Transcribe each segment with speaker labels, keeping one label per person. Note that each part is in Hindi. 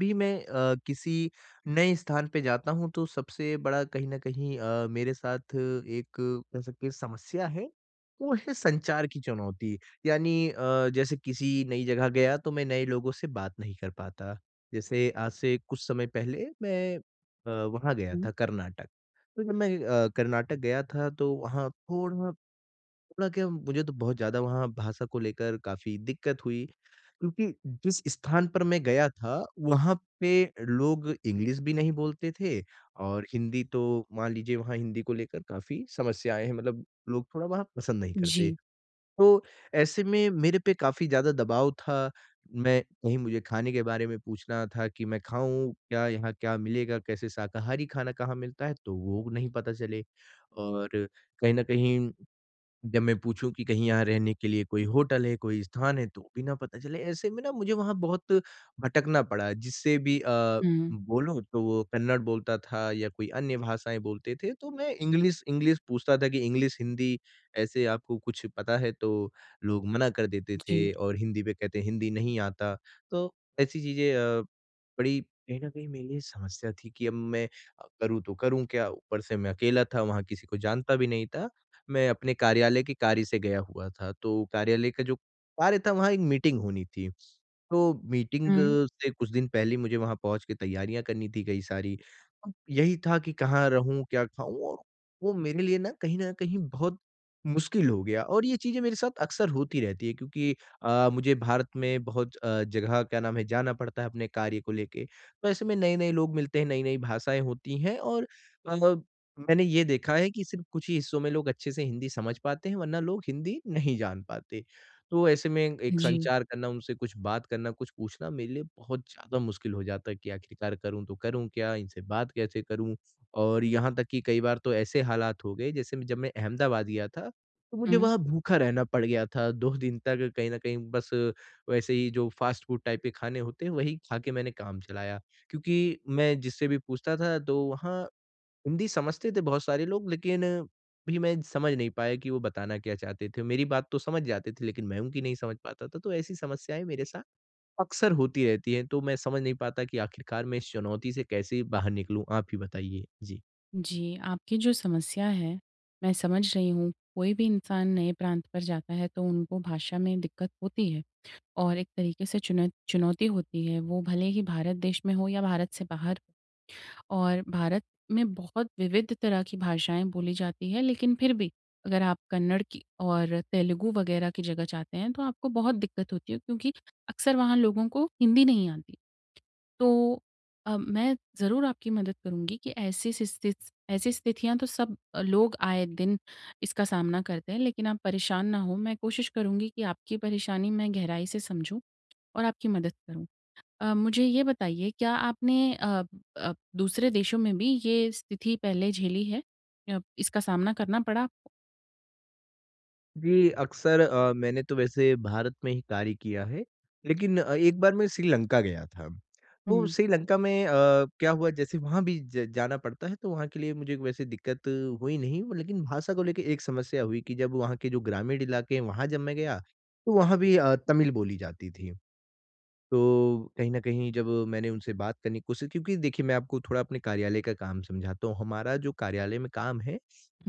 Speaker 1: भी मैं किसी नए स्थान पे जाता हूँ तो सबसे बड़ा कहीं न कहीं मेरे साथ एक कह सकते हैं समस्या है, वो है संचार की चुनौती। यानी जैसे किसी नई जगह गया तो मैं नए लोगों से बात नहीं कर पाता। जैसे आज से कुछ समय पहले मैं वहाँ गया
Speaker 2: हुँ।
Speaker 1: था कर्नाटक। तो जब मैं कर्नाटक गया था तो वहाँ थोड़ा थोड़ा क्या मुझे तो बहुत ज़्यादा वहाँ भाषा को लेकर काफ़ी दिक्कत हुई। क्योंकि जिस स्थान पर मैं गया था, वहाँ पे लोग इंग्लिश भी नहीं बोलते थे और हिंदी तो मान लीजिए वहाँ हिंदी को लेकर काफ़ी समस्याएँ हैं, मतलब लोग थोड़ा वहाँ पसंद नहीं करते।
Speaker 2: जी।
Speaker 1: तो ऐसे में मेरे पे काफ़ी ज़्यादा दबाव था, मैं कहीं मुझे खाने के बारे में पूछना था कि मैं खाऊँ क्या? यहाँ क्या मिलेगा? कैसे शाकाहारी खाना कहाँ मिलता है? तो वो नहीं पता चले और कहीं न कहीं जब मैं पूछूँ कि कहीं यहाँ रहने के लिए कोई होटल है, कोई स्थान है, तो भी ना पता चले। ऐसे में ना मुझे वहाँ बहुत भटकना पड़ा, जिससे भी
Speaker 2: हुँ।
Speaker 1: बोलूँ तो वो कन्नड़ बोलता था या कोई अन्य भाषाएँ बोलते थे, तो मैं इंग्लिश इंग्लिश पूछता था कि इंग्लिश, हिंदी ऐसे आपको कुछ पता है? तो लोग मना कर देते
Speaker 2: जी।
Speaker 1: थे और हिंदी पे कहते हिंदी नहीं आता। तो ऐसी चीज़ें बड़ी कहीं न कहीं मेरे लिए समस्या थी कि अब मैं करूँ तो करूँ क्या? ऊपर से मैं अकेला था, वहाँ किसी को जानता भी नहीं था। मैं अपने कार्यालय के कार्य से गया हुआ था, तो कार्यालय का जो कार्य था वहाँ एक मीटिंग होनी थी। तो मीटिंग
Speaker 2: हुँ।
Speaker 1: से कुछ दिन पहले ही मुझे वहाँ पहुँच के तैयारियाँ करनी थी कई सारी। अब यही था कि कहाँ रहूँ, क्या खाऊँ और वो मेरे लिए ना कहीं न कहीं बहुत मुश्किल हो गया और ये चीज़ें मेरे साथ अक्सर होती रहती है क्योंकि मुझे भारत में बहुत जगह क्या नाम है जाना पड़ता है अपने कार्य को लेके। तो ऐसे में नए-नए लोग मिलते हैं, नई-नई भाषाएँ होती हैं और अ मैंने ये देखा है कि सिर्फ़ कुछ ही हिस्सों में लोग अच्छे से हिंदी समझ पाते हैं, वरना लोग हिंदी नहीं जान पाते। तो ऐसे में एक
Speaker 2: जी।
Speaker 1: संचार करना, उनसे कुछ बात करना, कुछ पूछना मेरे लिए बहुत ज़्यादा मुश्किल हो जाता है कि आखिरकार करूँ तो करूँ क्या? इनसे बात कैसे करूँ? और यहाँ तक कि कई बार तो ऐसे हालात हो गए जैसे जब मैं अहमदाबाद गया था, तो मुझे
Speaker 2: हुँ,
Speaker 1: वहाँ भूखा रहना पड़ गया था 2 दिन तक कहीं न कहीं बस वैसे ही जो फ़ास्ट फ़ूड टाइप के खाने होते हैं वही खा के मैंने काम चलाया। क्योंकि मैं जिससे भी पूछता था तो वहाँ हिंदी समझते थे बहुत सारे लोग लेकिन भी मैं समझ नहीं पाया कि वो बताना क्या चाहते थे। मेरी बात तो समझ जाते थे लेकिन मैं उनकी नहीं समझ पाता था, तो ऐसी समस्याएँ मेरे साथ अक्सर होती रहती हैं, तो मैं समझ नहीं पाता कि आखिरकार मैं इस चुनौती से कैसे बाहर निकलूँ? आप ही बताइए। जी।
Speaker 2: जी, आपकी जो समस्या है, मैं समझ रही हूँ। कोई भी इंसान नए प्रांत पर जाता है तो उनको भाषा में दिक्कत होती है और एक तरीके से चुनौती होती है। वो भले ही भारत देश में हो या भारत से बाहर और भारत में बहुत विविध तरह की भाषाएँ बोली जाती हैं, लेकिन फिर भी अगर आप कन्नड़ की और तेलुगु वगैरह की जगह जाते हैं तो आपको बहुत दिक्कत होती है क्योंकि अक्सर वहाँ लोगों को हिंदी नहीं आती। तो मैं ज़रूर आपकी मदद करूँगी कि ऐसी स्थितियाँ तो सब लोग आए दिन इसका सामना करते हैं, लेकिन आप परेशान ना हों। मैं कोशिश करूँगी कि आपकी परेशानी मैं गहराई से समझूँ और आपकी मदद करूँ। मुझे ये बताइए क्या आपने अ दूसरे देशों में भी ये स्थिति पहले झेली है? इसका सामना करना पड़ा आपको?
Speaker 1: जी, अक्सर मैंने तो वैसे भारत में ही कार्य किया है, लेकिन एक बार मैं श्रीलंका गया था। तो
Speaker 2: हुँ।
Speaker 1: श्रीलंका में क्या हुआ जैसे वहाँ भी ज जाना पड़ता है तो वहाँ के लिए मुझे वैसे दिक्कत हुई नहीं, लेकिन भाषा को लेके एक समस्या हुई कि जब वहाँ के जो ग्रामीण इलाके हैं वहाँ जब मैं गया, तो वहाँ भी तमिल बोली जाती थी। तो कहीं न कहीं जब मैंने उनसे बात करने की कोशिश क्योंकि देखिए मैं आपको थोड़ा अपने कार्यालय का काम समझाता हूँ। हमारा जो कार्यालय में काम है,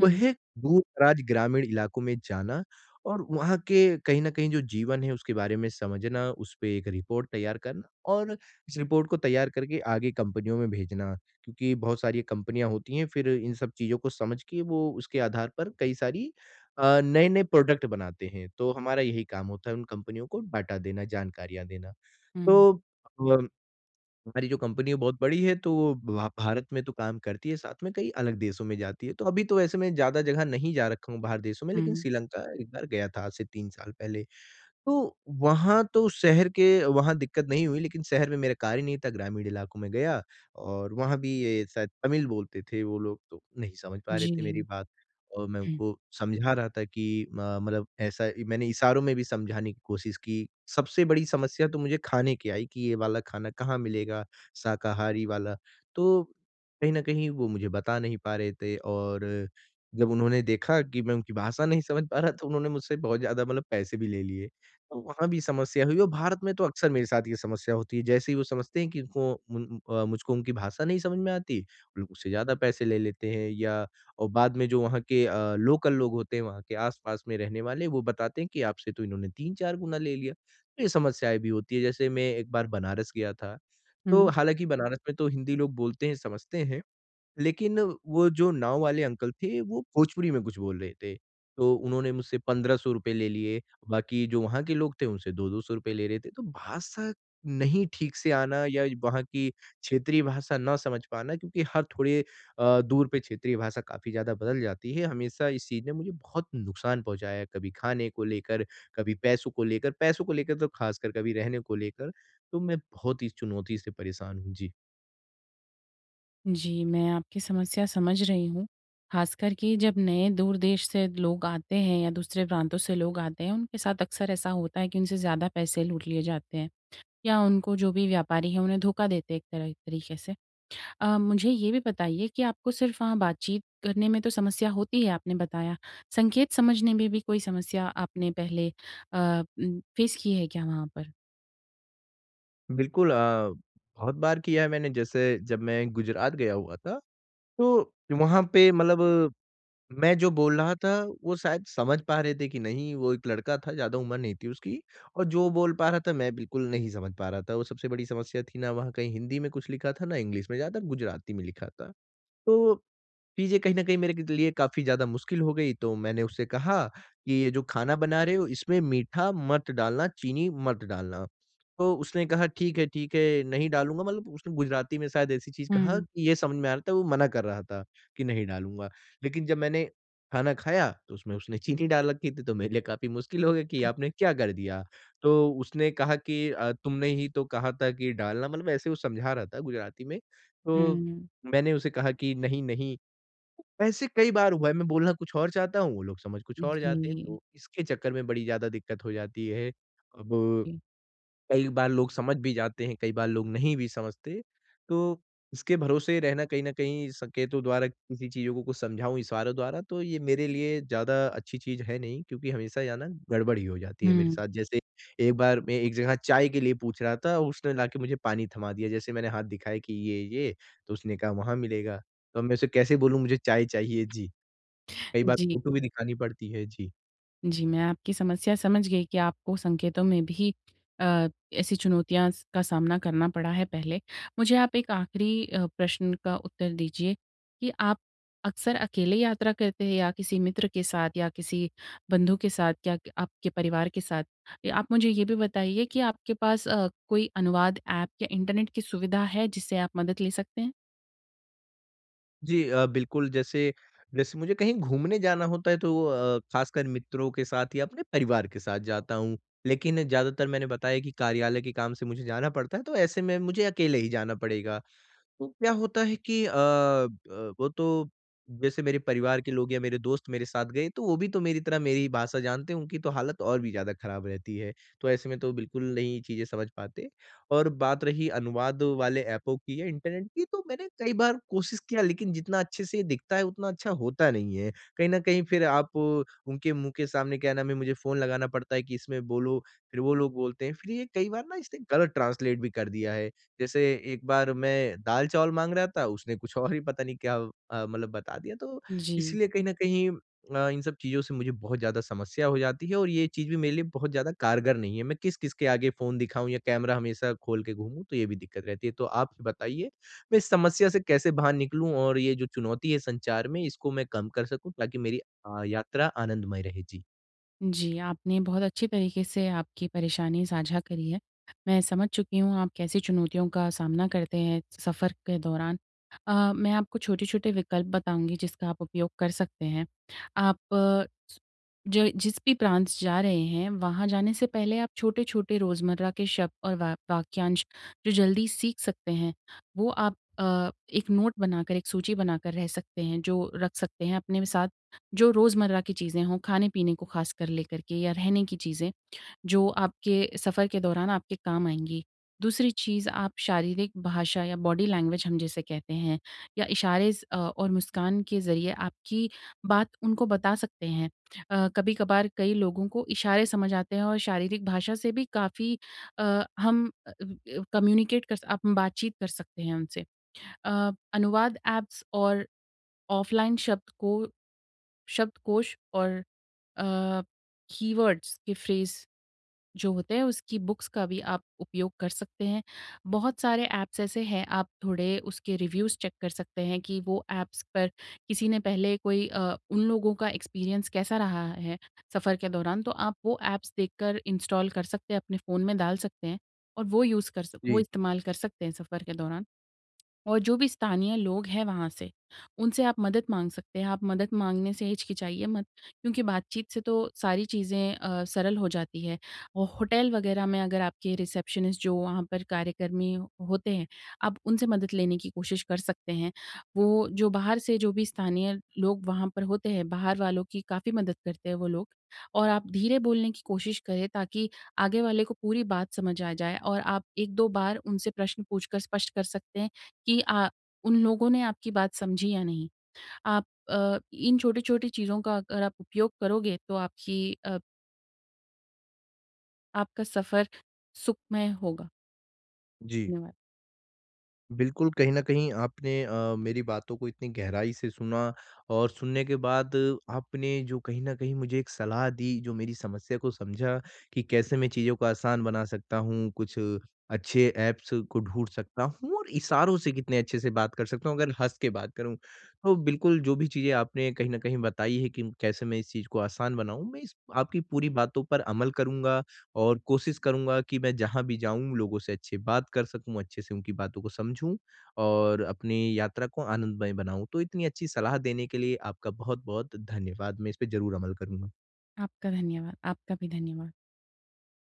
Speaker 1: वो है दूर-दराज ग्रामीण इलाकों में जाना और वहाँ के कहीं न कहीं जो जीवन है उसके बारे में समझना, उस पे एक रिपोर्ट तैयार करना और इस रिपोर्ट को तैयार करके आगे कंपनियों में भेजना। क्योंकि बहुत सारी कंपनियाँ होती हैं फिर इन सब चीज़ों को समझ के वो उसके आधार पर कई सारी नए-नए प्रोडक्ट बनाते हैं। तो हमारा यही काम होता है उन कंपनियों को डाटा देना, जानकारियाँ देना।
Speaker 2: हुँ।
Speaker 1: तो हमारी जो कंपनी है बहुत बड़ी है, तो वो भा भारत में तो काम करती है, साथ में कई अलग देशों में जाती है। तो अभी तो वैसे मैं ज़्यादा जगह नहीं जा रखा हूँ बाहर देशों में, लेकिन
Speaker 2: हुँ।
Speaker 1: श्रीलंका एक बार गया था आज से 3 साल पहले। तो वहाँ तो शहर के वहाँ दिक्कत नहीं हुई, लेकिन शहर में मेरा कार्य नहीं था, ग्रामीण इलाकों में गया और वहाँ भी ये शायद तमिल बोलते थे वो लोग, तो नहीं समझ पा रहे थे मेरी
Speaker 2: जी।
Speaker 1: बात और मैं
Speaker 2: हुँ।
Speaker 1: उनको समझा रहा था कि म मतलब ऐसा मैंने इशारों में भी समझाने की कोशिश की। सबसे बड़ी समस्या तो मुझे खाने की आई कि ये वाला खाना कहाँ मिलेगा, शाकाहारी वाला, तो कहीं न कहीं वो मुझे बता नहीं पा रहे थे और जब उन्होंने देखा कि मैं उनकी भाषा नहीं समझ पा रहा, तो उन्होंने मुझसे बहुत ज़्यादा मतलब पैसे भी ले लिए। तो वहाँ भी समस्या हुई और भारत में तो अक्सर मेरे साथ ये समस्या होती है। जैसे ही वो समझते हैं कि उनको मुझको उनकी भाषा नहीं समझ में आती, वो लोग मुझसे ज़्यादा पैसे ले लेते हैं या और बाद में जो वहाँ के लोकल लोग होते हैं, वहाँ के आस-पास में रहने वाले, वो बताते हैं कि आपसे तो इन्होंने 3-4 गुना ले लिया। तो ये समस्याएँ भी होती हैं। जैसे मैं एक बार बनारस गया था, तो
Speaker 2: हुँ।
Speaker 1: हालाँकि बनारस में तो हिंदी लोग बोलते हैं, समझते हैं। लेकिन वो जो नाव वाले अंकल थे, वो भोजपुरी में कुछ बोल रहे थे। तो उन्होंने मुझसे ₹1500 ले लिए, बाकी जो वहाँ के लोग थे उनसे 2-200 रुपए ले रहे थे। तो भाषा नहीं ठीक से आना या वहाँ की क्षेत्रीय भाषा ना समझ पाना क्योंकि हर थोड़े दूर पे क्षेत्रीय भाषा काफ़ी ज़्यादा बदल जाती है। हमेशा इस चीज़ ने मुझे बहुत नुकसान पहुँचाया है, कभी खाने को लेकर, कभी पैसों को लेकर, पैसों को लेकर तो ख़ासकर कभी रहने को लेकर। तो मैं बहुत इस चुनौती से परेशान हूँ। जी।
Speaker 2: जी, मैं आपकी समस्या समझ रही हूँ। ख़ासकर कि जब नए दूर देश से लोग आते हैं या दूसरे प्रांतों से लोग आते हैं, उनके साथ अक्सर ऐसा होता है कि उनसे ज़्यादा पैसे लूट लिए जाते हैं या उनको जो भी व्यापारी हैं, उन्हें धोखा देते हैं एक तरह तरीके से। मुझे ये भी बताइए कि आपको सिर्फ़ वहाँ बातचीत करने में तो समस्या होती है आपने बताया, संकेत समझने में भी कोई समस्या आपने पहले फ़ेस की है क्या वहाँ पर?
Speaker 1: बिल्कुल बहुत बार किया है मैंने जैसे जब मैं गुजरात गया हुआ था, तो वहाँ पे मतलब मैं जो बोल रहा था वो शायद समझ पा रहे थे कि नहीं, वो एक लड़का था ज़्यादा उम्र नहीं थी उसकी और जो बोल पा रहा था मैं बिल्कुल नहीं समझ पा रहा था। वो सबसे बड़ी समस्या थी ना वहाँ कहीं हिंदी में कुछ लिखा था ना इंग्लिश में, ज़्यादातर गुजराती में लिखा था। तो चीज़ें कहीं न कहीं मेरे क लिए काफ़ी ज़्यादा मुश्किल हो गई, तो मैंने उससे कहा कि ये जो खाना बना रहे हो इसमें मीठा मत डालना, चीनी मत डालना। तो उसने कहा ठीक है, नहीं डालूँगा मतलब उसने गुजराती में शायद ऐसी चीज़ कहा
Speaker 2: हुँ।
Speaker 1: कि ये समझ में आ रहा था वो मना कर रहा था कि नहीं डालूँगा। लेकिन जब मैंने खाना खाया तो उसमें उसने चीनी डाल रखी थी, तो मेरे लिए काफ़ी मुश्किल हो गया कि ये आपने क्या कर दिया? तो उसने कहा कि तुमने ही तो कहा था कि डालना मतलब ऐसे वो समझा रहा था गुजराती में। तो
Speaker 2: हुँ।
Speaker 1: मैंने उसे कहा कि नहीं, नहीं वैसे कई बार हुआ है, मैं बोलना कुछ और चाहता हूँ, वो लोग समझ कुछ और जाते हैं,
Speaker 2: जी।
Speaker 1: तो इसके चक्कर में बड़ी ज़्यादा दिक्कत हो जाती है। अब
Speaker 2: जी।
Speaker 1: कई बार लोग समझ भी जाते हैं, कई बार लोग नहीं भी समझते। तो इसके भरोसे रहना कहीं न कहीं संकेतों द्वारा किसी चीज़ों को कुछ समझाऊँ इशारों द्वारा तो ये मेरे लिए ज़्यादा अच्छी चीज़ है नहीं क्योंकि हमेशा यहाँ ना गड़बड़ ही हो जाती है मेरे
Speaker 2: हुँ।
Speaker 1: साथ। जैसे एक बार मैं एक जगह चाय के लिए पूछ रहा था, उसने लाके मुझे पानी थमा दिया। जैसे मैंने हाथ दिखाया कि ये तो उसने कहा वहाँ मिलेगा। तो अब मैं उसे कैसे बोलूँ मुझे चाय चाहिए? जी, कई बार
Speaker 2: जी।
Speaker 1: फ़ोटो भी दिखानी पड़ती है। जी।
Speaker 2: जी, मैं आपकी समस्या समझ गई कि आपको संकेतों में भी अ, ऐसी चुनौतियाँ स का सामना करना पड़ा है पहले। मुझे आप एक आखिरी प्रश्न का उत्तर दीजिए कि आप अक्सर अकेले यात्रा करते हैं या किसी मित्र के साथ या किसी बंधु के साथ या क आपके परिवार के साथ? या आप मुझे ये भी बताइए कि आपके पास कोई अनुवाद ऐप या इंटरनेट की सुविधा है जिससे आप मदद ले सकते हैं?
Speaker 1: जी बिल्कुल, जैसे जैसे मुझे कहीं घूमने जाना होता है तो ख़ासकर मित्रों के साथ या अपने परिवार के साथ जाता हूँ। लेकिन ज़्यादातर मैंने बताया कि कार्यालय के काम से मुझे जाना पड़ता है, तो ऐसे में मुझे अकेले ही जाना पड़ेगा। तो क्या होता है कि ब वो तो जैसे मेरे परिवार के लोग या मेरे दोस्त मेरे साथ गए, तो वो भी तो मेरी तरह मेरी भाषा जानते हैं, उनकी तो हालत और भी ज़्यादा खराब रहती है। तो ऐसे में तो बिल्कुल नहीं चीज़ें समझ पाते और बात रही अनुवाद वाले ऐपों की या इंटरनेट की, तो मैंने कई बार कोशिश किया, लेकिन जितना अच्छे से दिखता है, उतना अच्छा होता नहीं है। कहीं न कहीं फिर आप उनके मुँह के सामने क्या नाम है, मुझे फ़ोन लगाना पड़ता है कि इसमें बोलो, फिर वो लोग बोलते हैं। फिर ये कई बार ना इसने गलत ट्रांसलेट भी कर दिया है। जैसे एक बार मैं दाल-चावल माँग रहा था, उसने कुछ और ही पता नहीं क्या मतलब बता दिया तो
Speaker 2: जी।
Speaker 1: इसलिए कहीं न कहीं इन सब चीज़ों से मुझे बहुत ज़्यादा समस्या हो जाती है और ये चीज़ भी मेरे लिए बहुत ज़्यादा कारगर नहीं है। मैं किस-किस के आगे फ़ोन दिखाऊँ या कैमरा हमेशा खोल के घूमूँ, तो ये भी दिक्कत रहती है। तो आप ही बताइए, मैं इस समस्या से कैसे बाहर निकलूँ और ये जो चुनौती है संचार में इसको मैं कम कर सकूँ ताकि मेरी यात्रा आनंदमय रहे? जी।
Speaker 2: जी, आपने बहुत अच्छी तरीके से आपकी परेशानी साझा करी है। मैं समझ चुकी हूँ आप कैसी चुनौतियों का सामना करते हैं सफ़र के दौरान। मैं आपको छोटे-छोटे विकल्प बताऊँगी जिसका आप उपयोग कर सकते हैं। आप जो जिस भी प्रांत जा रहे हैं, वहाँ जाने से पहले आप छोटे-छोटे रोज़मर्रा के शब्द और वा वाक्यांश जो जल्दी सीख सकते हैं, वो आप एक नोट बनाकर, एक सूची बनाकर रह सकते हैं, जो रख सकते हैं अपने साथ जो रोज़मर्रा की चीज़ें हों, खाने-पीने को ख़ासकर लेकर के या रहने की चीज़ें, जो आपके सफ़र के दौरान आपके काम आएँगी। दूसरी चीज़ आप शारीरिक भाषा या बॉडी लैंग्वेज हम जिसे कहते हैं या इशारे और मुस्कान के ज़रिए आपकी बात उनको बता सकते हैं। कभी-कभार कई लोगों को इशारे समझ आते हैं और शारीरिक भाषा से भी काफ़ी अ, हम अ, कम्युनिकेट कर स आप बातचीत कर सकते हैं उनसे। अनुवाद ऐप्स और ऑफ़लाइन शब्दकोश और अ, कीवर्ड्स के फ्रेज़ जो होते हैं उसकी बुक्स का भी आप उपयोग कर सकते हैं। बहुत सारे ऐप्स ऐसे हैं आप थोड़े उसके रिव्यूज़ चेक कर सकते हैं कि वो ऐप्स पर किसी ने पहले उन लोगों का एक्सपीरियंस कैसा रहा है सफ़र के दौरान तो आप वो ऐप्स देखकर इंस्टॉल कर सकते हैं, अपने फ़ोन में डाल सकते हैं और वो
Speaker 1: जी,
Speaker 2: इस्तेमाल कर सकते हैं सफ़र के दौरान। और जो भी स्थानीय लोग हैं वहाँ से, उनसे आप मदद माँग सकते हैं। आप मदद माँगने से हिचकिचाइए मत, क्योंकि बातचीत से तो सारी चीज़ें सरल हो जाती है। और होटल वग़ैरह में अगर आपके रिसेप्शनिस्ट जो वहाँ पर कार्यकर्मी होते हैं, आप उनसे मदद लेने की कोशिश कर सकते हैं। वो जो बाहर से जो भी स्थानीय लोग वहाँ पर होते हैं, बाहर वालों की काफ़ी मदद करते हैं वो लोग। और आप धीरे बोलने की कोशिश करें ताकि आगे वाले को पूरी बात समझ आ जाए और आप 1-2 बार उनसे प्रश्न पूछकर स्पष्ट कर सकते हैं कि आ उन लोगों ने आपकी बात समझी या नहीं। आप इन छोटी-छोटी चीज़ों का अगर आप उपयोग करोगे तो अ, आपका सफ़र सुखमय होगा।
Speaker 1: जी।
Speaker 2: धन्यवाद।
Speaker 1: बिल्कुल, कहीं न कहीं आपने मेरी बातों को इतनी गहराई से सुना और सुनने के बाद आपने जो कहीं न कहीं मुझे एक सलाह दी, जो मेरी समस्या को समझा कि कैसे मैं चीज़ों को आसान बना सकता हूँ, कुछ अच्छे ऐप्स को ढूँढ सकता हूँ और इशारों से कितने अच्छे से बात कर सकता हूँ, अगर हँस के बात करूँ। तो बिल्कुल, जो भी चीज़ें आपने कहीं न कहीं बताई है कि कैसे मैं इस चीज़ को आसान बनाऊँ, मैं इस आपकी पूरी बातों पर अमल करूँगा और कोशिश करूँगा कि मैं जहाँ भी जाऊँ लोगों से अच्छे बात कर सकूँ, अच्छे से उनकी बातों को समझूँ और अपनी यात्रा को आनंदमय बनाऊँ। तो इतनी अच्छी सलाह देने के लिए आपका बहुत-बहुत धन्यवाद। मैं इस पे ज़रूर अमल करूँगा।
Speaker 2: आपका धन्यवाद। आपका भी धन्यवाद।